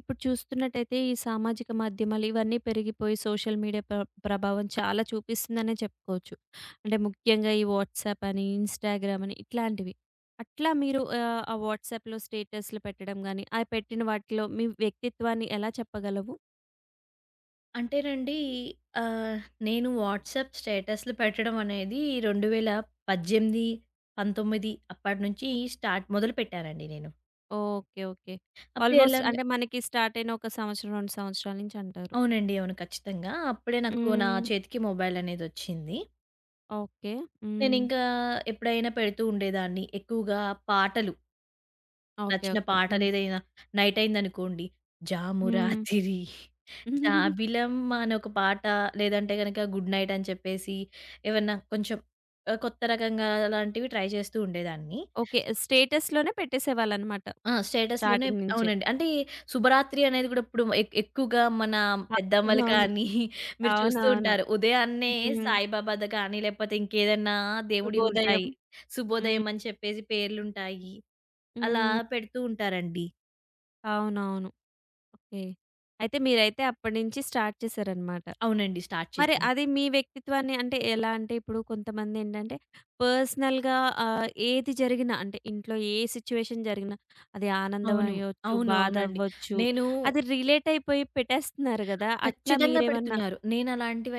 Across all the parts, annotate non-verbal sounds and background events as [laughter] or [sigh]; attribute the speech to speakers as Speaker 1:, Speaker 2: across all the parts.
Speaker 1: ఇప్పుడు చూస్తున్నట్టయితే ఈ సామాజిక మాధ్యమాలు ఇవన్నీ పెరిగిపోయి సోషల్ మీడియా ప్ర ప్రభావం చాలా చూపిస్తుందనే చెప్పుకోవచ్చు. అంటే ముఖ్యంగా ఈ వాట్సాప్ అని, ఇన్‌స్టాగ్రామ్ అని ఇట్లాంటివి. అట్లా మీరు ఆ వాట్సాప్‌లో స్టేటస్‌లు పెట్టడం గాని, ఆ పెట్టిన వాటిలో మీ వ్యక్తిత్వాన్ని ఎలా చెప్పగలవు?
Speaker 2: అంటేనండి, ఆహ్, నేను వాట్సాప్ స్టేటస్‌లు పెట్టడం అనేది 2018, 19 అప్పటినుంచి మొదలుపెట్టానండి నేను.
Speaker 1: ఓకే. ఓకే.
Speaker 2: అప్పుడు ఎలా
Speaker 1: ఆల్‌మోస్ట్
Speaker 2: అండి?
Speaker 1: అంటే మనకి స్టార్ట్ అయిన ఒక సంవత్సరం, 2 సంవత్సరాల నుంచి అంటారు.
Speaker 2: అవునండి. అవును. ఖచ్చితంగా. అప్పుడే నాకు నా
Speaker 1: హ్మ్.
Speaker 2: చేతికి మొబైల్ అనేదొచ్చింది.
Speaker 1: ఓకే. హ్మ్.
Speaker 2: నేనింకా ఎప్పుడైనా పెడుతూ ఉండేదాన్ని. ఎక్కువగా పాటలు,
Speaker 1: ఓకే.
Speaker 2: నచ్చిన
Speaker 1: ఓకే. హ్మ్.
Speaker 2: పాటలేదైనా నైట్ అయిందనుకోండి, 'జాము
Speaker 1: హ్మ్.
Speaker 2: రాతిరి.'
Speaker 1: [laughs]
Speaker 2: జాబిలమ్మ అనే ఒక పాట లేదంటే గనక 'గుడ్ నైట్' అని చెప్పేసి ఏవన్నా కొంచెం కొత్త రకంగా అలాంటివి ట్రై చేస్తూ ఉండేదాన్ని.
Speaker 1: ఓకే. స్టేటస్‌లోనే పెట్టేసేవాళ్ళనమాట
Speaker 2: ఆ! స్టేటస్‌లోనే.
Speaker 1: స్టార్టింగ్ నుంచే.
Speaker 2: అవునండి. అంటే శుభరాత్రి అనేది గూడా ఇప్పుడు ఎక్కువగా మన పెద్దమ్మలు
Speaker 1: అవునవును.
Speaker 2: కానీ [laughs] మీరు చూస్తూ
Speaker 1: అవునవును.
Speaker 2: ఉంటారు. ఉదయాన్నే
Speaker 1: హ్మ్.
Speaker 2: సాయిబాబాది కానీ లేకపోతే ఇంకేదన్నా దేవుడివి
Speaker 1: శుభోదయం.
Speaker 2: ఉంటాయి.
Speaker 1: హ్మ్.
Speaker 2: శుభోదయం అని చెప్పేసి పేర్లుంటాయి. అలా
Speaker 1: హ్మ్.
Speaker 2: పెడుతూ ఉంటారండి.
Speaker 1: అవునవును. ఓకే. అయితే మీరైతే అప్పటినుంచి స్టార్ట్ చేశారనమాట.
Speaker 2: అవునండి. స్టార్ట్
Speaker 1: మరి
Speaker 2: చేశాను.
Speaker 1: అది మీ వ్యక్తిత్వాన్ని అంటే ఎలా అంటే ఇప్పుడు కొంతమందేంటంటే పర్సనల్‌గా ఏది జరిగినా అంటే ఇంట్లో ఏ సిట్యుయేషన్ జరిగినా అది ఆనందం
Speaker 2: అవును.
Speaker 1: అయ్యొచ్చు,
Speaker 2: అవును.
Speaker 1: బాధ
Speaker 2: అవునండి.
Speaker 1: అవ్వచ్చు.
Speaker 2: నేను
Speaker 1: అది రిలేట్ అయిపోయి పెట్టేస్తున్నారు గదా! అట్లా
Speaker 2: ఖచ్చితంగా
Speaker 1: మీరేమన్నా
Speaker 2: పెడుతున్నారు.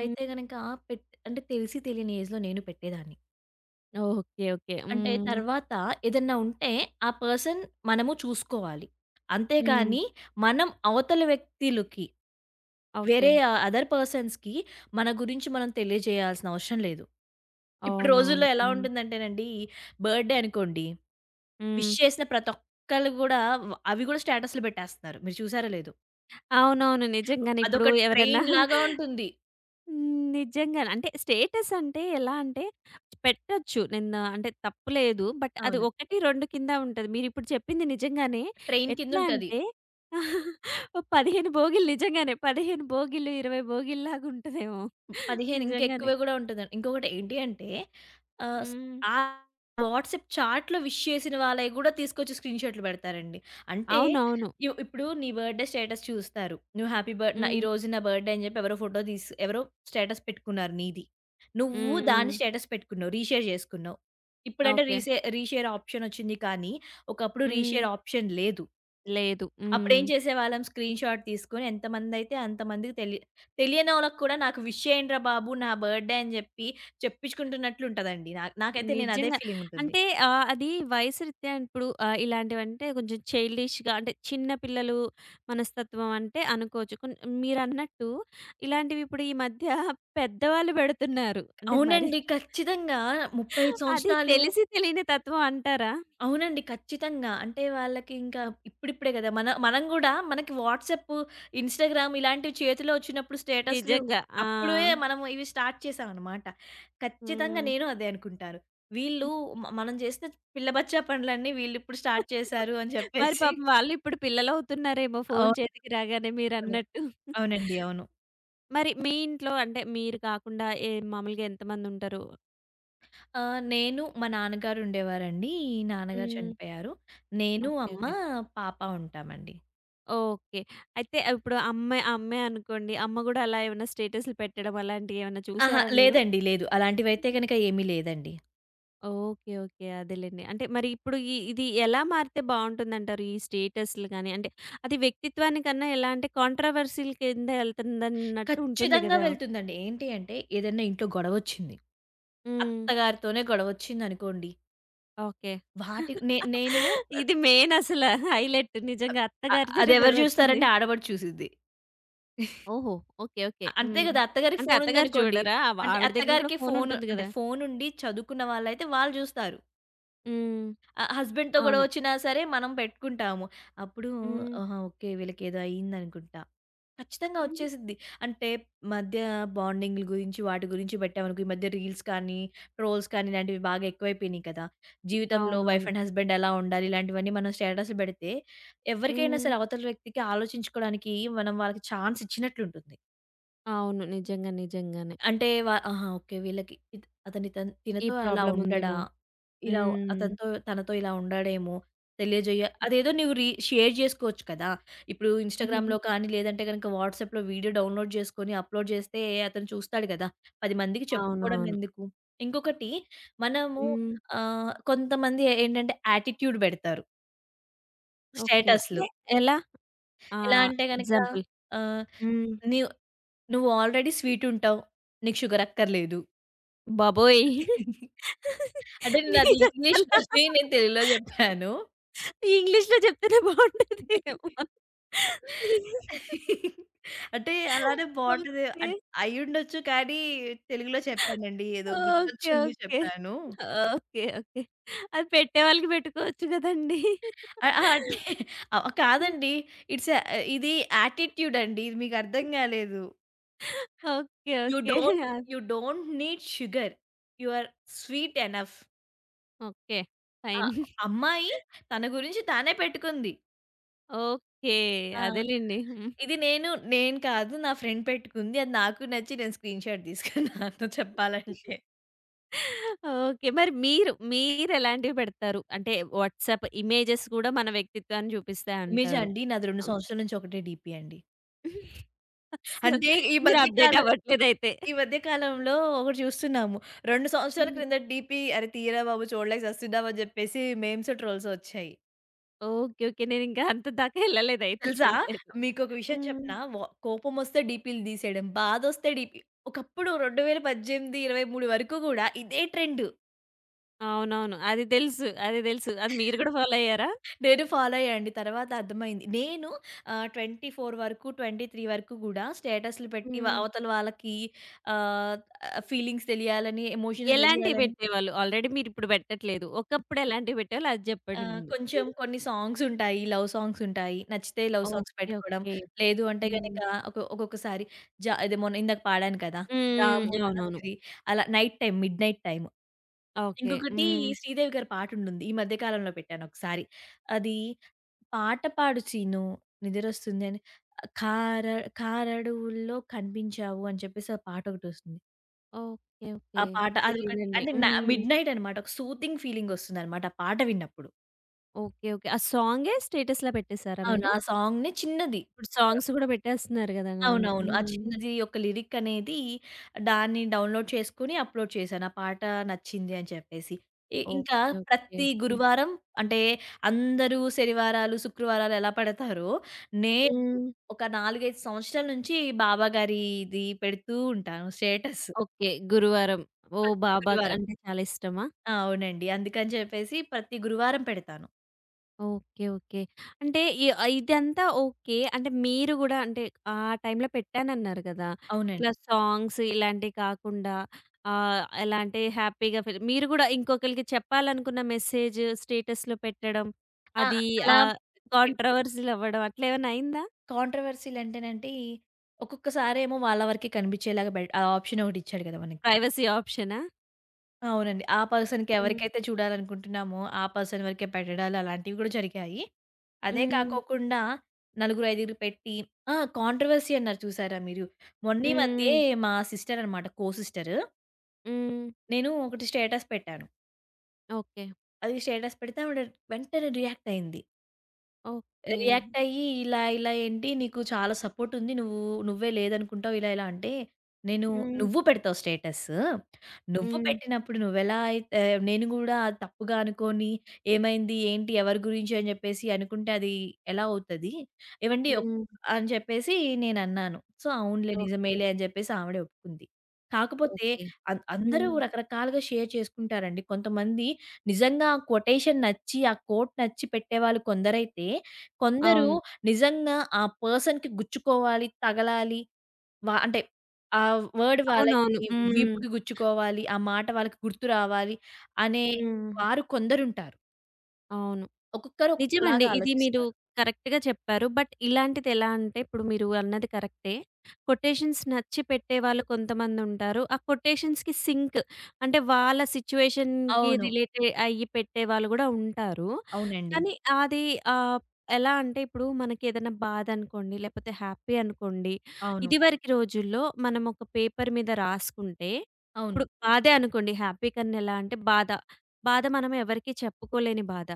Speaker 1: హ్మ్.
Speaker 2: గనక అంటే తెలిసి తెలియని ఏజ్‌లో నేను పెట్టేదాన్ని.
Speaker 1: ఓకే. ఓకే.
Speaker 2: అంటే
Speaker 1: హ్మ్.
Speaker 2: తర్వాత ఏదన్నా ఉంటే ఆ పర్సన్ మనము చూసుకోవాలి.
Speaker 1: హ్మ్.
Speaker 2: అంతేకానీ మనం అవతల వ్యక్తులకి
Speaker 1: ఓకే.
Speaker 2: వేరే అదర్ పర్సన్స్‌కి మన గురించి మనం తెలియజేయాల్సిన అవసరం లేదు. ఇప్పుడు
Speaker 1: అవునవును.
Speaker 2: రోజుల్లో ఎలా
Speaker 1: హ్మ్.
Speaker 2: ఉంటుందంటేనండి బర్త్‌డే అనుకోండి,
Speaker 1: హ్మ్.
Speaker 2: విష్ చేసిన ప్రతి ఒక్కళ్ళు గూడా అవి గూడా స్టేటస్‌లు పెట్టేస్తున్నారు. మీరు చూసారో లేదో?
Speaker 1: అవునవును. నిజంగానే. ఇప్పుడు
Speaker 2: అదొక
Speaker 1: ఎవరన్నా
Speaker 2: ట్రైన్ లాగా ఉంటుంది.
Speaker 1: హ్మ్. నిజంగానే. అంటే స్టేటస్ అంటే ఎలా అంటే పెట్టొచ్చు. నిన్న అంటే తప్పు లేదు. బట్ అది
Speaker 2: అవును.
Speaker 1: 1, 2 కింద ఉంటది. మీరిప్పుడు చెప్పింది నిజంగానే.
Speaker 2: ట్రైన్
Speaker 1: ఎట్లా
Speaker 2: కిందుంటది.
Speaker 1: అంటే [laughs] ఓ 15 భోగిలు నిజంగానే. 15 భోగిలు, 20 భోగిల్లాగా ఉంటదేమో.
Speaker 2: 15
Speaker 1: నిజంగానే.
Speaker 2: ఇంకెక్కువ గూడా ఉంటదండి. ఇంకొకటి ఏంటి అంటే ఆహ్, స్
Speaker 1: హ్మ్.
Speaker 2: ఆ వాట్సాప్ చాట్‌లో విష్ చేసిన వాళ్ళయి గూడా తీసుకొచ్చి స్క్రీన్ షాట్లు పెడతారండి. అంటే
Speaker 1: అవునవును.
Speaker 2: ఇప్పుడు నీ బర్త్‌డే స్టేటస్ చూస్తారు. నువ్వు హ్యాపీ బర్త్ న
Speaker 1: హ్మ్.
Speaker 2: ఈరోజు నా బర్త్‌డే అని జెప్పి ఎవరో ఫోటో తీసి ఎవరో స్టేటస్ పెట్టుకున్నారు నీది. నువ్వు
Speaker 1: హ్మ్. హ్మ్.
Speaker 2: దాన్ని స్టేటస్ పెట్టుకున్నావు. రీషేర్ జేసుకున్నావు. ఇప్పుడంటే
Speaker 1: ఓకే.
Speaker 2: రీషేర్ ఆప్షన్ ఒచ్చింది కానీ, ఒకప్పుడు
Speaker 1: హ్మ్.
Speaker 2: రీషేర్ ఆప్షన్ లేదు.
Speaker 1: లేదు. హ్మ్.
Speaker 2: అప్పుడేం చేసేవాళ్ళం స్క్రీన్ షాట్ తీసుకొని ఎంతమందైతే అంతమందికి తెలియనోళ్ళకి కూడా నాకు విష్ చేయండిరా బాబు నా బర్త్‌డే అని చెప్పి చెప్పించుకుంటున్నట్లు ఉంటదండి. నాకైతే నేను అదే
Speaker 1: నిజంగా.
Speaker 2: ఫీలింగుంటుంది.
Speaker 1: అంటే అది వయసు రీత్యా ఇప్పుడు ఇలాంటివంటే కొంచెం చైల్డిష్‌గా అంటే చిన్న పిల్లలు మనస్తత్వం అంటే అనుకోవచ్చు. మీరన్నట్టు ఇలాంటివి ఇప్పుడు ఈ మధ్య పెద్దవాళ్ళు పెడుతున్నారు. అంటే మరి
Speaker 2: అవునండి. ఖచ్చితంగా 35
Speaker 1: అది
Speaker 2: సంవత్సరాలు.
Speaker 1: తెలిసి తెలియని తత్వం అంటారా?
Speaker 2: అవునండి. ఖచ్చితంగా. అంటే వాళ్ళకి ఇంకా ఇప్పుడిప్పుడే గదా! మనం గూడా మనకి వాట్సాప్, ఇన్‌స్టాగ్రామ్ ఇలాంటివి చేతిలో వచ్చినప్పుడు స్టేటస్‌లు
Speaker 1: నిజంగా. ఆ!
Speaker 2: అప్పుడే మనం ఇవి స్టార్ట్ చేశామనమాట. ఖచ్చితంగా
Speaker 1: హ్మ్.
Speaker 2: నేను అదే అనుకుంటాను. వీళ్ళు మనం చేసిన పిల్ల బచ్చా పనులన్నీ వీళ్ళిప్పుడు స్టార్ట్ చేశారు అని
Speaker 1: మరి
Speaker 2: చెప్పేసి.
Speaker 1: పాపం వాళ్ళు ఇప్పుడు పిల్లలవుతున్నారేమో ఫోను
Speaker 2: అవును.
Speaker 1: చేతికి రాగానే
Speaker 2: అవును.
Speaker 1: మీరన్నట్టు.
Speaker 2: అవునండి. అవును.
Speaker 1: మరి మీ ఇంట్లో అంటే మీరు కాకుండా ఏ మామూలుగా ఎంతమందుంటారు?
Speaker 2: నేను మా నాన్నగారు ఉండేవారండి. ఈ నాన్నగారు
Speaker 1: హ్మ్.
Speaker 2: చనిపోయారు. నేను,
Speaker 1: ఓకే.
Speaker 2: అమ్మ,
Speaker 1: ఓకే.
Speaker 2: పాప ఉంటామండి.
Speaker 1: ఓకే. అయితే ఇప్పుడు అమ్మాయి అమ్మాయి అనుకోండి. అమ్మ గూడా అలా ఏమైనా స్టేటస్‌లు పెట్టడం అలాంటియేమన్నా
Speaker 2: అహా!
Speaker 1: చూసారా మీరు?
Speaker 2: లేదండి. లేదు. అలాంటివైతే గనక ఏమీ లేదండి.
Speaker 1: ఓకే. ఓకే. అదేలెండి. అంటే మరి ఇప్పుడు ఈ ఇది ఎలా మారితే బావుంటుందంటారు? ఈ స్టేటస్‌లు గాని అంటే అది వ్యక్తిత్వానికన్నా ఎలా అంటే కాంట్రోవర్సీ‌ల కింద ఎళ్తుందన్నట్టు ఉంటుంది
Speaker 2: ఖచ్చితంగా
Speaker 1: గదా!
Speaker 2: వెళ్తుందండి. ఏంటి అంటే ఏదైనా ఇంట్లో గొడవొచ్చింది.
Speaker 1: హ్మ్.
Speaker 2: అత్తగారితోనే గొడవొచ్చిందనుకోండి.
Speaker 1: ఓకే.
Speaker 2: వాటి నే నేను
Speaker 1: ఇది మెయిన్ అసల హైలైట్
Speaker 2: ఆహ్,
Speaker 1: నిజంగా
Speaker 2: ఆహ్,
Speaker 1: అత్తగారితోనే
Speaker 2: అదెవరు
Speaker 1: గొడవొచ్చింది.
Speaker 2: చూస్తారంటే ఆడపడుచు చూసిద్ది.
Speaker 1: ఓహో! ఓకే. ఓకే.
Speaker 2: అంతే
Speaker 1: హ్మ్.
Speaker 2: కదా! అత్తగారికి
Speaker 1: అంటే అత్తగారు
Speaker 2: ఫోనుందనుకోండి.
Speaker 1: చూడరా?
Speaker 2: అంటే
Speaker 1: ఆవిడ దగ్గర గూడా
Speaker 2: అత్తగారికి
Speaker 1: ఫోనుంటుంది గదా!
Speaker 2: ఫోనుండి చదువుకున్న వాళ్ళైతే వాళ్ళు చూస్తారు.
Speaker 1: హ్మ్.
Speaker 2: హస్బెండ్‌తో
Speaker 1: అవును.
Speaker 2: గొడవొచ్చినా సరే మనం పెట్టుకుంటాము. అప్పుడు
Speaker 1: హ్మ్.
Speaker 2: ఆహా! ఓకే. వీళ్ళకేదో అయిందనుకుంటా. ఖచ్చితంగా
Speaker 1: హ్మ్.
Speaker 2: వచ్చేసిద్ది. అంటే మధ్య బాండింగ్‌ల గురించి, వాటి గురించి పెట్టామనుకో, ఈ మధ్య రీల్స్ కానీ, ట్రోల్స్ కానీ ఇలాంటివి బాగా ఎక్కువైపోయినాయి కదా! జీవితంలో వైఫ్
Speaker 1: అవునవును.
Speaker 2: అండ్ హస్బెండ్ ఎలా ఉండాలి ఇలాంటివన్నీ మనం స్టేటస్‌లు పెడితే, ఎవరికైనా
Speaker 1: హ్మ్.
Speaker 2: సరే అవతల వ్యక్తికి ఆలోచించుకోవడానికి మనం వాళ్ళకి ఛాన్స్ ఇచ్చినట్లుంటుంది.
Speaker 1: అవును. నిజంగా. నిజంగానే.
Speaker 2: అంటే ఆహా! ఓకే. వీళ్ళకి ఇత్ అతని తన్
Speaker 1: ఈ
Speaker 2: తినతో అలా
Speaker 1: ప్రాబ్లమ్
Speaker 2: ఉండడా,
Speaker 1: ఉందేమో.
Speaker 2: ఇలా
Speaker 1: హ్మ్.
Speaker 2: అతనితో తనతో ఇలా ఉండడేమో అదేదో నువ్వు రీ షేర్ జేసుకోవచ్చు కదా! ఇప్పుడు ఇన్‌స్టాగ్రామ్‌లో కానీ, లేదంటే గనక వాట్సాప్‌లో వీడియో డౌన్‌లోడ్ జేసుకొని అప్‌లోడ్ జేస్తే అతను చూస్తాడు గదా! 10 మందికి చెప్పుకోవడం
Speaker 1: అవునవును.
Speaker 2: ఎందుకు? ఇంకొకటి మనము
Speaker 1: హ్మ్.
Speaker 2: కొంతమంది ఏంటంటే యాటిట్యూడ్ బెడతారు
Speaker 1: ఓకే.
Speaker 2: స్టేటస్‌లు.
Speaker 1: అంటే ఎలా?
Speaker 2: ఎలా
Speaker 1: ఆహ్,
Speaker 2: అంటే గనక
Speaker 1: ఎగ్జాంపుల్?
Speaker 2: ఆహ్,
Speaker 1: హ్మ్.
Speaker 2: నీవ్ నువ్వు ఆల్రెడీ స్వీటుంటావు. నీకు షుగర్ అక్కర్లేదు.
Speaker 1: బాబోయ్!
Speaker 2: అంటే
Speaker 1: [laughs]
Speaker 2: నాది
Speaker 1: మీరసల
Speaker 2: ఇంగ్లీష్‌లోది [laughs] నేను తెలుగులో జెప్పాను.
Speaker 1: ఇంగ్లీష్‌లో చెప్తేనే బావుంటది.
Speaker 2: అంటే అలానే బావుంటది.
Speaker 1: ఓకే.
Speaker 2: అయ్యుండొచ్చు కానీ తెలుగులో చెప్పానండి. ఏదో
Speaker 1: ఓకే.
Speaker 2: గుర్తొచ్చింది
Speaker 1: ఓకే.
Speaker 2: చెప్పాను.
Speaker 1: ఓకే. ఓకే. అది పెట్టేవాళ్ళకి పెట్టుకోవచ్చు గదండీ!
Speaker 2: ఆ! అంటే కాదండి. ఇట్స్ ఎ ఇది యాటిట్యూడ్ అండి. ఇది మీకు అర్థం గాలేదు.
Speaker 1: ఓకే.
Speaker 2: You
Speaker 1: okay.
Speaker 2: డోంట్
Speaker 1: అది
Speaker 2: you don't need sugar. You are sweet enough.
Speaker 1: Okay.
Speaker 2: ఆ!
Speaker 1: ఫైన్.
Speaker 2: అమ్మాయి తన గురించి తానే పెట్టుకుంది.
Speaker 1: ఓకే.
Speaker 2: ఆ!
Speaker 1: అదేలెండి. హ్మ్.
Speaker 2: ఇది నేను కాదు, నా ఫ్రెండ్ పెట్టుకుంది. అది నాకు నచ్చి నేను స్క్రీన్‌షాట్ తీసుకున్నాను [laughs] చెప్పాలంటే.
Speaker 1: ఓకే. మరి మీరు, మీరెలాంటివి పెడతారు? అంటే వాట్సాప్ ఇమేజెస్ గూడా మన వ్యక్తిత్వాన్ని
Speaker 2: ఇమేజా
Speaker 1: చూపిస్తాయంటారు.
Speaker 2: అండి. నాది 2
Speaker 1: అమ్
Speaker 2: సంవత్సరాల నుంచి ఒకటే డీపీ అండి.
Speaker 1: అస్సలు
Speaker 2: అంటే ఈ
Speaker 1: మీరు
Speaker 2: మధ్య
Speaker 1: అప్‌డేట్
Speaker 2: కాలం
Speaker 1: అవ్వట్లేదయితే.
Speaker 2: ఈ మధ్య కాలంలో ఒకటి చూస్తున్నాము. 2 సంవత్సరాల
Speaker 1: హ్మ్.
Speaker 2: క్రిందట డీపీ "అరె తీయరా బాబు చూడలేక సస్తున్నాం" అని చెప్పేసి మేమ్స్, ట్రోల్స్ వచ్చాయి.
Speaker 1: ఓకే. ఓకే. నేనింకా అంత దాకా ఎళ్ళలేదయితే
Speaker 2: తెలుసా?
Speaker 1: చూడలేదు.
Speaker 2: మీకొక విషయం
Speaker 1: హ్మ్.
Speaker 2: చెప్పనా? కోపమొస్తే డీపీలు తీసేయడం, బాధొస్తే డీపీ ఒకప్పుడు 2018, 23 వరకు కూడా ఇదే ట్రెండ్.
Speaker 1: అవునవును. అది తెలుసు. అది తెలుసు. అది మీరు కూడా ఫాలో అయ్యారా?
Speaker 2: నేను ఫాలో అయ్యానండి. తర్వాత అర్థమైంది. 24 వరకు, 23 వరకు గూడా స్టేటస్‌లు పెట్టి
Speaker 1: హ్మ్.
Speaker 2: అవతల వాళ్ళకి ఆహ్, ఫీలింగ్స్ తెలియాలని, ఎమోషన్స్
Speaker 1: ఎలాంటివి
Speaker 2: తెలియాలని
Speaker 1: పెట్టేవాళ్ళు? ఆల్రెడీ మీరిప్పుడు పెట్టట్లేదు. ఒకప్పుడు ఎలాంటివి పెట్టేవాళ్ళు అది చెప్పండి ముందు.
Speaker 2: కొంచెం కొన్ని సాంగ్స్ ఉంటాయి. లవ్ సాంగ్స్ ఉంటాయి. నచ్చితే లవ్ సాంగ్స్
Speaker 1: ఓకే.
Speaker 2: పెట్టుకోవడం.
Speaker 1: ఓకే.
Speaker 2: లేదు అంటే గనక
Speaker 1: హ్మ్.
Speaker 2: ఒక్కొక్కసారి అదే మొన్న ఇందాక పాడాను కదా!
Speaker 1: హ్మ్.
Speaker 2: 'రాము
Speaker 1: అవునవును.
Speaker 2: రాత్రి' అలా night time, midnight time.
Speaker 1: Okay.
Speaker 2: ఇంకొకటి
Speaker 1: హ్మ్.
Speaker 2: శ్రీదేవి గారి పాటుంటుంది. ఈ మధ్య కాలంలో పెట్టాను ఒకసారి. అది పాట పాడు 'సీను' నిద్రొస్తుంది అని. కార కారడువుల్లో కనిపించావు అని చెప్పేసి ఆ పాటొకటొస్తుంది.
Speaker 1: ఓకే.
Speaker 2: ఆ
Speaker 1: ఓకే.
Speaker 2: పాట అదొకటి
Speaker 1: తెలీదండి.
Speaker 2: అంటే నా
Speaker 1: హ్మ్.
Speaker 2: మిడ్‌నైట్ అనమాట. ఒక సూతింగ్ ఫీలింగొస్తుందనమాట ఆ పాట విన్నప్పుడు.
Speaker 1: ఓకే. ఓకే. ఆ సాంగే స్టేటస్‌లా పెట్టేసారా
Speaker 2: అవును.
Speaker 1: మీరు?
Speaker 2: ఆ సాంగ్‌ని చిన్నది.
Speaker 1: ఇప్పుడు
Speaker 2: ఒక
Speaker 1: సాంగ్స్ కూడా పెట్టేస్తున్నారు కదా! అవును.
Speaker 2: అవునవును. ఆ
Speaker 1: హ్మ్.
Speaker 2: చిన్నది ఒక లిరిక్ అనేది దాన్ని డౌన్‌లోడ్ చేసుకొని అప్‌లోడ్ చేశాను. ఆ పాట నచ్చింది అని చెప్పేసి. ఇంకా
Speaker 1: ఓకే. ఓకే.
Speaker 2: ప్రతి గురువారం అంటే అందరూ శనివారాలు, శుక్రవారాలు ఎలా పెడతారో నేను
Speaker 1: హ్మ్.
Speaker 2: ఒక 4, 5 సంవత్సరాల నుంచి బాబా గారిది పెడుతూ ఉంటాను స్టేటస్
Speaker 1: ఓకే. గురువారం. ఓ
Speaker 2: ప్రతి
Speaker 1: బాబాకి
Speaker 2: గురువారం.
Speaker 1: అంటే చాలా ఇష్టమా?
Speaker 2: ఆ! అవునండి. అందుకని చెప్పేసి ప్రతి గురువారం పెడతాను.
Speaker 1: ఓకే. ఓకే. అంటే ఇ ఇదంతా ఓకే. అంటే మీరు గూడా అంటే ఆ టైంలో పెట్టానన్నారు గదా!
Speaker 2: అవునండి.
Speaker 1: ఇట్లా సాంగ్స్ ఇలాంటివి కాకుండా ఎలా అంటే హ్యాపీగా ఫీల్ మీరు గూడా ఇంకొకళ్ళకి చెప్పాలనుకున్న మెసేజ్ స్టేటస్‌లో పెట్టడం,
Speaker 2: ఆ!
Speaker 1: అది
Speaker 2: అలా
Speaker 1: ఆహ్,
Speaker 2: పె
Speaker 1: కాంట్రోవర్సీ‌లు అవ్వడం అట్లేమన్నా అయిందా?
Speaker 2: కాంట్రోవర్సీలంటేనండి, ఒక్కొక్కసారేమో వాళ్ళ వరకే కనిపించేలాగా ఆ ఆప్షన్ ఒకటిచ్చాడు కదా మనకి.
Speaker 1: ప్రైవసీ ఆప్షనా?
Speaker 2: అవునండి. ఆ పర్సన్‌కి
Speaker 1: హ్మ్.
Speaker 2: ఎవరికైతే చూడాలనుకుంటున్నామో, ఆ పర్సన్ వరకే పెట్టడాలు అలాంటివి కూడా జరిగాయి. అదే
Speaker 1: హ్మ్.
Speaker 2: కాకోకుండా నలుగురు, ఐదుగురు పెట్టి ఆ! కాంట్రోవర్సీ అన్నారు చూసారా మీరు? మొన్న
Speaker 1: హ్మ్.
Speaker 2: ఈ మధ్యే
Speaker 1: హ్మ్.
Speaker 2: మా సిస్టరనమాట కో సిస్టరు.
Speaker 1: హ్మ్.
Speaker 2: నేను ఒకటి స్టేటస్ పెట్టాను.
Speaker 1: ఓకే.
Speaker 2: అది స్టేటస్ పెడితే ఆవిడ వెంటనే రియాక్ట్ అయింది.
Speaker 1: ఓకే.
Speaker 2: రియాక్ట్ అయ్యి ఇలా ఇలా ఏంటి నీకు చాలా సపోర్ట్ ఉంది. నువ్వే లేదనుకుంటావు ఇలా ఇలా అంటే, నేను
Speaker 1: హ్మ్.
Speaker 2: నువ్వు పెడతావు స్టేటస్. నువ్వు
Speaker 1: హ్మ్.
Speaker 2: పెట్టినప్పుడు నువ్వెలా అయితే నేను గూడా అది తప్పుగా అనుకోని ఏమైంది? ఏంటి? ఎవరి గురించి? అని జెప్పేసి అనుకుంటే అది ఎలా అవుతది? ఏవండీ ఒక్
Speaker 1: హ్మ్.
Speaker 2: అని చెప్పేసి నేనన్నాను. సో, అవునులే
Speaker 1: ఓకే.
Speaker 2: నిజమేలే అని జెప్పేసి ఆవిడ ఒప్పుకుంది. కాకపోతే
Speaker 1: ఓకే.
Speaker 2: అందరూ
Speaker 1: హ్మ్.
Speaker 2: రకరకాలుగా షేర్ చేసుకుంటారండి. కొంతమంది నిజంగా ఆ కొటేషన్ నచ్చి, ఆ కోట్ నచ్చి పెట్టేవాళ్ళు కొందరైతే, కొందరు
Speaker 1: అవును.
Speaker 2: నిజంగా ఆ పర్సన్‌కి గుచ్చుకోవాలి, తగలాలి. అంటే ఆ వర్డ్ వాళ్ళకి
Speaker 1: అవునవును. హ్మ్.
Speaker 2: వీపుకి గుచ్చుకోవాలి. ఆ మాట వాళ్ళకి గుర్తు రావాలి అనే
Speaker 1: హ్మ్.
Speaker 2: వారు కొందరుంటారు.
Speaker 1: అవును.
Speaker 2: ఒక్కొక్కరు
Speaker 1: నిజమండి.
Speaker 2: ఒక్కొక్కలాగా
Speaker 1: ఇది మీరు
Speaker 2: ఆలోచిస్తారు.
Speaker 1: కరెక్ట్‌గా చెప్పారు. బట్ ఇలాంటిది ఎలా అంటే ఇప్పుడు మీరు అన్నది కరెక్టే. కొటేషన్స్ నచ్చి పెట్టేవాళ్ళు కొంతమందుంటారు. ఆ కొటేషన్స్‌కి సింక్ అంటే వాళ్ళ సిట్యుయేషన్‌కి
Speaker 2: అవును.
Speaker 1: రిలేట్ అయ్యి పెట్టేవాళ్ళు గూడా ఉంటారు.
Speaker 2: అవునండి.
Speaker 1: కానీ అది ఆహ్, ఎలా అంటే ఇప్పుడు మనకేదైనా బాధనుకోండి, లేపోతే హ్యాపీ అనుకోండి,
Speaker 2: అవును.
Speaker 1: ఇదివరకు రోజుల్లో మనం ఒక పేపర్ మీద రాసుకుంటే
Speaker 2: అవును.
Speaker 1: ఇప్పుడు బాధే అనుకోండి హ్యాపీ కన్నా ఎలా అంటే బాధ. బాధ మనం ఎవరికీ చెప్పుకోలేని బాధ.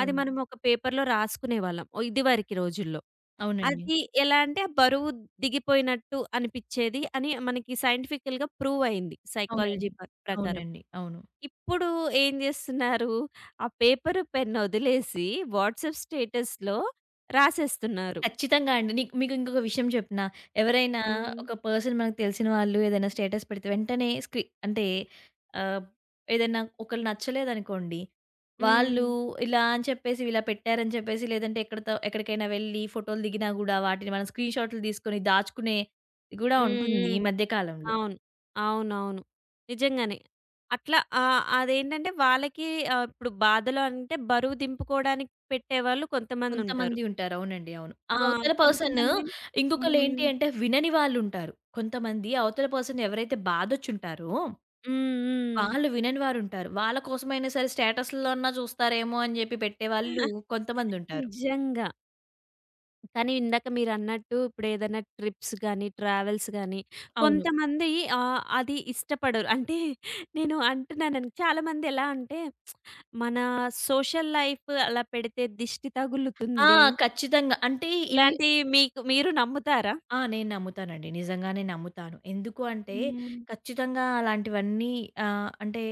Speaker 1: అది మనం ఒక పేపర్‌లో రాసుకునేవాళ్ళం. ఓ ఇదివరకి రోజుల్లో.
Speaker 2: అవునండి.
Speaker 1: అది ఎలా అంటే బరువు దిగిపోయినట్టు అనిపిచ్చేది అని మనకి సైంటిఫికల్‌గా ప్రూవ్ అయింది. సైకాలజీ
Speaker 2: అవునండి.
Speaker 1: ప ప్రకారం.
Speaker 2: అవునండి. అవును.
Speaker 1: ఇప్పుడు ఏం జేస్తున్నారు? ఆ పేపరు, పెన్ వదిలేసి వాట్సాప్ స్టేటస్‌లో రాసేస్తున్నారు.
Speaker 2: ఖచ్చితంగా అండి. మీకు ఇంకొక విషయం చెప్పనా? ఎవరైనా హ్మ్,
Speaker 1: హ్మ్.
Speaker 2: ఒక పర్సన్ మనకు తెలిసిన వాళ్ళు ఏదైనా స్టేటస్ పెడితే వెంటనే అంటే ఆహ్, ఏదైనా ఒకళ్ళు నచ్చలేదనుకోండి,
Speaker 1: హ్మ్.
Speaker 2: వాళ్ళు ఇలా అని చెప్పేసి ఇలా పెట్టారని చెప్పేసి లేదంటే ఎక్కడితో ఎక్కడికైనా వెళ్ళి ఫోటోలు దిగినా గూడా వాటిని మనం స్క్రీన్ షాట్లు తీసుకొని దాచుకునే గూడా
Speaker 1: హ్మ్.
Speaker 2: ఉంటుంది
Speaker 1: హ్మ్.
Speaker 2: ఈ మధ్య కాలంలో.
Speaker 1: అవును. అవునవును. నిజంగానే. అట్లా అదేంటంటే వాళ్ళకి ఇప్పుడు బాధలో అంటే బరువు దింపుకోవడానికి పెట్టేవాళ్ళు కొంతమందుంటారు.
Speaker 2: కొంతమంది ఉంటారు. అవునండి. అవును. ఆ
Speaker 1: ఆ!
Speaker 2: అవతల పర్సన్.
Speaker 1: కొంతమంది
Speaker 2: ఇంకొకళ్ళేంటి
Speaker 1: హ్మ్.
Speaker 2: అంటే వినని వాళ్ళుంటారు. కొంతమంది అవతల పర్సన్ ఎవరైతే బాధొచ్చుంటారో
Speaker 1: హ్మ్. హ్మ్.
Speaker 2: వాళ్ళు వినని వారుంటారు. వాళ్ళ కోసమైనా సరే స్టేటస్‌లన్నా చూస్తారేమో అని జెప్పి పెట్టేవాళ్ళు కొంతమందుంటారు.
Speaker 1: నిజంగా. కానీ ఇందాక మీరన్నట్టు ఇప్పుడేదైనా ట్రిప్స్ గానీ, ట్రావెల్స్ గానీ
Speaker 2: అవును.
Speaker 1: కొంతమంది అది ఇష్టపడరు. అంటే నేను అంటున్నానని చాలామంది ఎలా అంటే మన సోషల్ లైఫ్ అలా పెడితే దిష్టి
Speaker 2: ఆ!
Speaker 1: తగులుతుంది.
Speaker 2: ఖచ్చితంగా. అంటే ఇవి
Speaker 1: ఇలాంటివి మీకు మీరు నమ్ముతారా?
Speaker 2: ఆ! నేను నమ్ముతానండి. నిజంగానే నమ్ముతాను. ఎందుకు అంటే
Speaker 1: హ్మ్.
Speaker 2: ఖచ్చితంగా అలాంటివన్నీ అంటే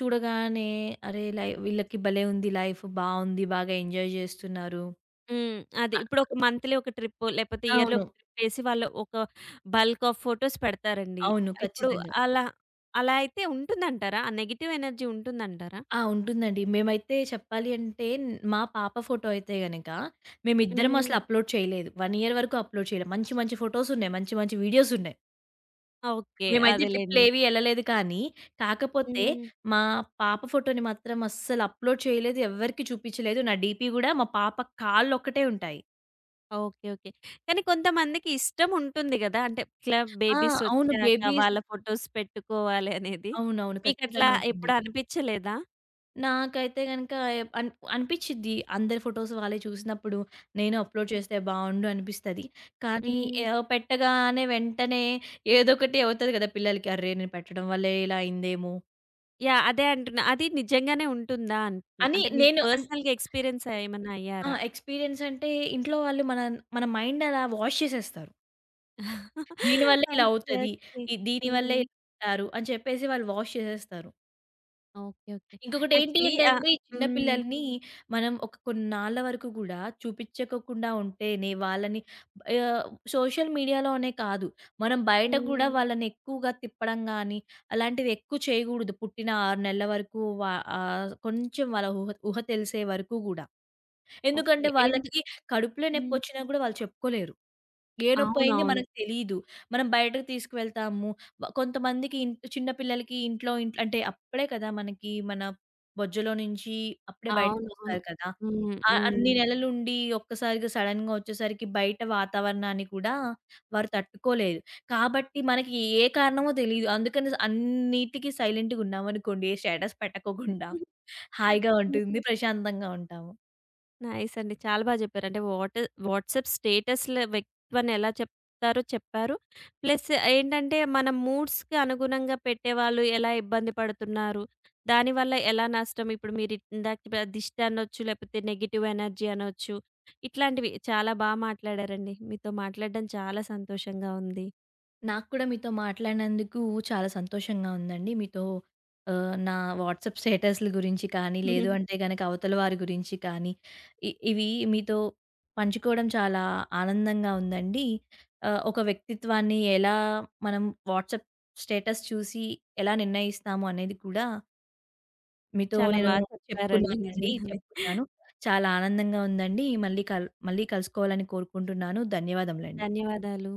Speaker 2: చూడగానే అరే! వీళ్ళకి భలే ఉంది లైఫ్. బావుంది. బాగా ఎంజాయ్ జేస్తున్నారు.
Speaker 1: హ్మ్. అది.
Speaker 2: అ
Speaker 1: ఇప్పుడు ఒక మంత్‌లీ ఒక ట్రిప్పు, లేపోతే ఇయర్‌లీ
Speaker 2: అవును.
Speaker 1: ఒక ట్రిప్పేసి వాళ్ళు ఒక బల్క్ ఆఫ్ ఫోటోస్ పెడతారండి.
Speaker 2: అవును.
Speaker 1: ఇప్పుడు
Speaker 2: ఖచ్చితంగా.
Speaker 1: అలా అలా అయితే ఉంటుందంటారా? ఆ నెగెటివ్ ఎనర్జీ ఉంటుందంటారా?
Speaker 2: ఆ! ఉంటుందండి. మేమైతే చెప్పాలి అంటే మా పాప ఫోటో అయితే గనక మేమిద్దరం
Speaker 1: హ్మ్.
Speaker 2: అసలు అప్‌లోడ్ చేయలేదు. 1 ఇయర్ వరకు అప్‌లోడ్ చేయలే. మంచి మంచి ఫోటోస్ ఉన్నాయి. మంచి మంచి వీడియోస్ ఉన్నాయి.
Speaker 1: ఓకే.
Speaker 2: మేమైతే
Speaker 1: అదేలెండి.
Speaker 2: ట్రిప్‌లేవి ఎళ్ళలేదు కానీ, కాకపోతే
Speaker 1: హ్మ్.
Speaker 2: మా పాప ఫోటోని మాత్రం అస్సలు అప్‌లోడ్ చేయలేదు. ఎవ్వరికీ చూపించలేదు. నా డీపీ గూడా మా పాప కాళ్ళొక్కటే ఉంటాయి.
Speaker 1: ఓకే. ఓకే. కానీ కొంతమందికి ఇష్టం ఉంటుంది గదా! అంటే ఇట్లా
Speaker 2: ఆ! అవును.
Speaker 1: బేబీసొచ్చాక
Speaker 2: బేబీస్.
Speaker 1: వాళ్ళ ఫోటోస్ పెట్టుకోవాలి అనేది.
Speaker 2: అవునవును.
Speaker 1: మీకట్లా
Speaker 2: ఖచ్చితంగా ఉంటుంది.
Speaker 1: ఎప్పుడు అనిపిచ్చలేదా?
Speaker 2: నాకైతే గనక ఎ అన్ అనిపిచ్చిద్ది. అందరి ఫోటోస్ వాళ్ళయి చూసినప్పుడు, నేను అప్‌లోడ్ చేస్తే బావుండు అనిపిస్తది. కానీ
Speaker 1: హ్మ్.
Speaker 2: పెట్టగానే వెంటనే ఏదోకటి అవుతది కదా పిల్లలకి. అర్రే! నేను పెట్టడం వల్లే ఇలా అయిందేమో
Speaker 1: యాహ్! అదే అంటున్నా. అది నిజంగానే ఉంటుందా అంటున్నా?
Speaker 2: అని
Speaker 1: అంటే మీకు
Speaker 2: నేను అన్
Speaker 1: పర్సనల్‌గా ఎక్స్‌పీరియన్స్ ఏమన్నా
Speaker 2: ఆ!
Speaker 1: అయ్యారా?
Speaker 2: ఎక్స్‌పీరియన్స్ అంటే ఇంట్లో వాళ్ళు మన మన మైండ్ అలా వాష్ చేసేస్తారు.
Speaker 1: [laughs]
Speaker 2: దీనివల్లే ఇలా
Speaker 1: ఓకే.
Speaker 2: అవుతది.
Speaker 1: ఓకే.
Speaker 2: దీనివల్లే
Speaker 1: హ్మ్.
Speaker 2: ఇలా ఉంటారు అని చెప్పేసి వాళ్ళు వాష్ చేసేస్తారు.
Speaker 1: ఓకే. ఓకే.
Speaker 2: ఇంకొకటేంటి
Speaker 1: యాక్చువల్లీ
Speaker 2: అంటే అండి, చిన్న
Speaker 1: హ్మ్.
Speaker 2: పిల్లల్ని మనం ఒక కొన్నాళ్ళ వరకు గూడా చూపిచ్చకోకుండా ఉంటేనే వాళ్ళని ఆహ్, సోషల్ మీడియాలోనే కాదు. మనం బయట గూడా
Speaker 1: హ్మ్.
Speaker 2: వాళ్ళని ఎక్కువగా తిప్పడం గానీ, అలాంటివి ఎక్కువ చేయగూడదు. పుట్టిన 6 నెలల వరకు కొంచెం వాళ్ళ ఊహ ఊహ తెలిసే వరకు గూడా.
Speaker 1: ఓకే.
Speaker 2: ఎందుకంటే వాళ్ళకి కడుపులో
Speaker 1: హ్మ్.
Speaker 2: నొప్పొచ్చినా గూడా వాళ్ళు చెప్పుకోలేరు. ఏ నొప్పయింది
Speaker 1: అవునవును.
Speaker 2: మనకు తెలీదు. మనం బయటకి తీసుకువెళ్తాము. కొంతమందికి చిన్న పిల్లలకి ఇంట్లో ఇంట్లో అంటే అప్పుడే కదా మనకి మన బొజ్జలో నుంచి అప్పుడే
Speaker 1: అవునవును.
Speaker 2: బయటకొస్తారు కదా! ఆ అన్ని
Speaker 1: హ్మ్.
Speaker 2: నెలలుండి ఒక్కసారిగా సడెన్‌గా వచ్చేసరికి బయట వాతావరణాన్ని కూడా వారు తట్టుకోలేరు. కాబట్టి మనకి ఏ కారణమో తెలీదు. అందుకని అన్నిటికి సైలెంట్‌గున్నామనుకోండి. ఏ స్టేటస్ పెట్టకోకుండా హాయిగా
Speaker 1: హ్మ్.
Speaker 2: ఉంటుంది. ప్రశాంతంగా ఉంటాము.
Speaker 1: నైస్ అండి. చాలా బా జెప్పారు. అంటే వాట్సాప్ స్టేటస్‌ల వ్యక్తిత్వాన్ని ఎలా చెప్తారో చెప్పారు. ప్లస్ ఏంటంటే మన మూడ్స్‌కి అనుగుణంగా పెట్టేవాళ్ళు ఎలా ఇబ్బంది పడుతున్నారు, దానివల్ల ఎలా నష్టం ఇప్పుడు మీరు ఇందాక చెప్పిన దిష్టి అనొచ్చు, లేకపోతే నెగెటివ్ ఎనర్జీ అనొచ్చు. ఇట్లాంటివి చాలా బా మాట్లాడారండి. మీతో మాట్లాడడం చాలా సంతోషంగా ఉంది.
Speaker 2: నాకు కూడా మీతో మాట్లాడినందుకు చాలా సంతోషంగా ఉందండి. మీతో నా వాట్సాప్ స్టేటస్‌ల గురించి కానీ, లేదు
Speaker 1: [laughs]
Speaker 2: అంటే గనక అవతల వారి గురించి కానీ, ఇవి మీతో పంచుకోవడం చాలా ఆనందంగా ఉందండి. ఒక వ్యక్తిత్వాన్ని ఎలా మనం వాట్సాప్ స్టేటస్ చూసి ఎలా నిర్ణయిస్తాము అనేది కూడా మీతో
Speaker 1: చాలా
Speaker 2: నేను
Speaker 1: బా చెప్పారండి
Speaker 2: చెప్పుకున్నానండి.
Speaker 1: నిజంగానే.
Speaker 2: చెప్పుకున్నాను. చాలా ఆనందంగా ఉందండి. మళ్ళీ కలుసుకోవాలని కోరుకుంటున్నాను. ధన్యవాదములండి.
Speaker 1: ధన్యవాదాలు.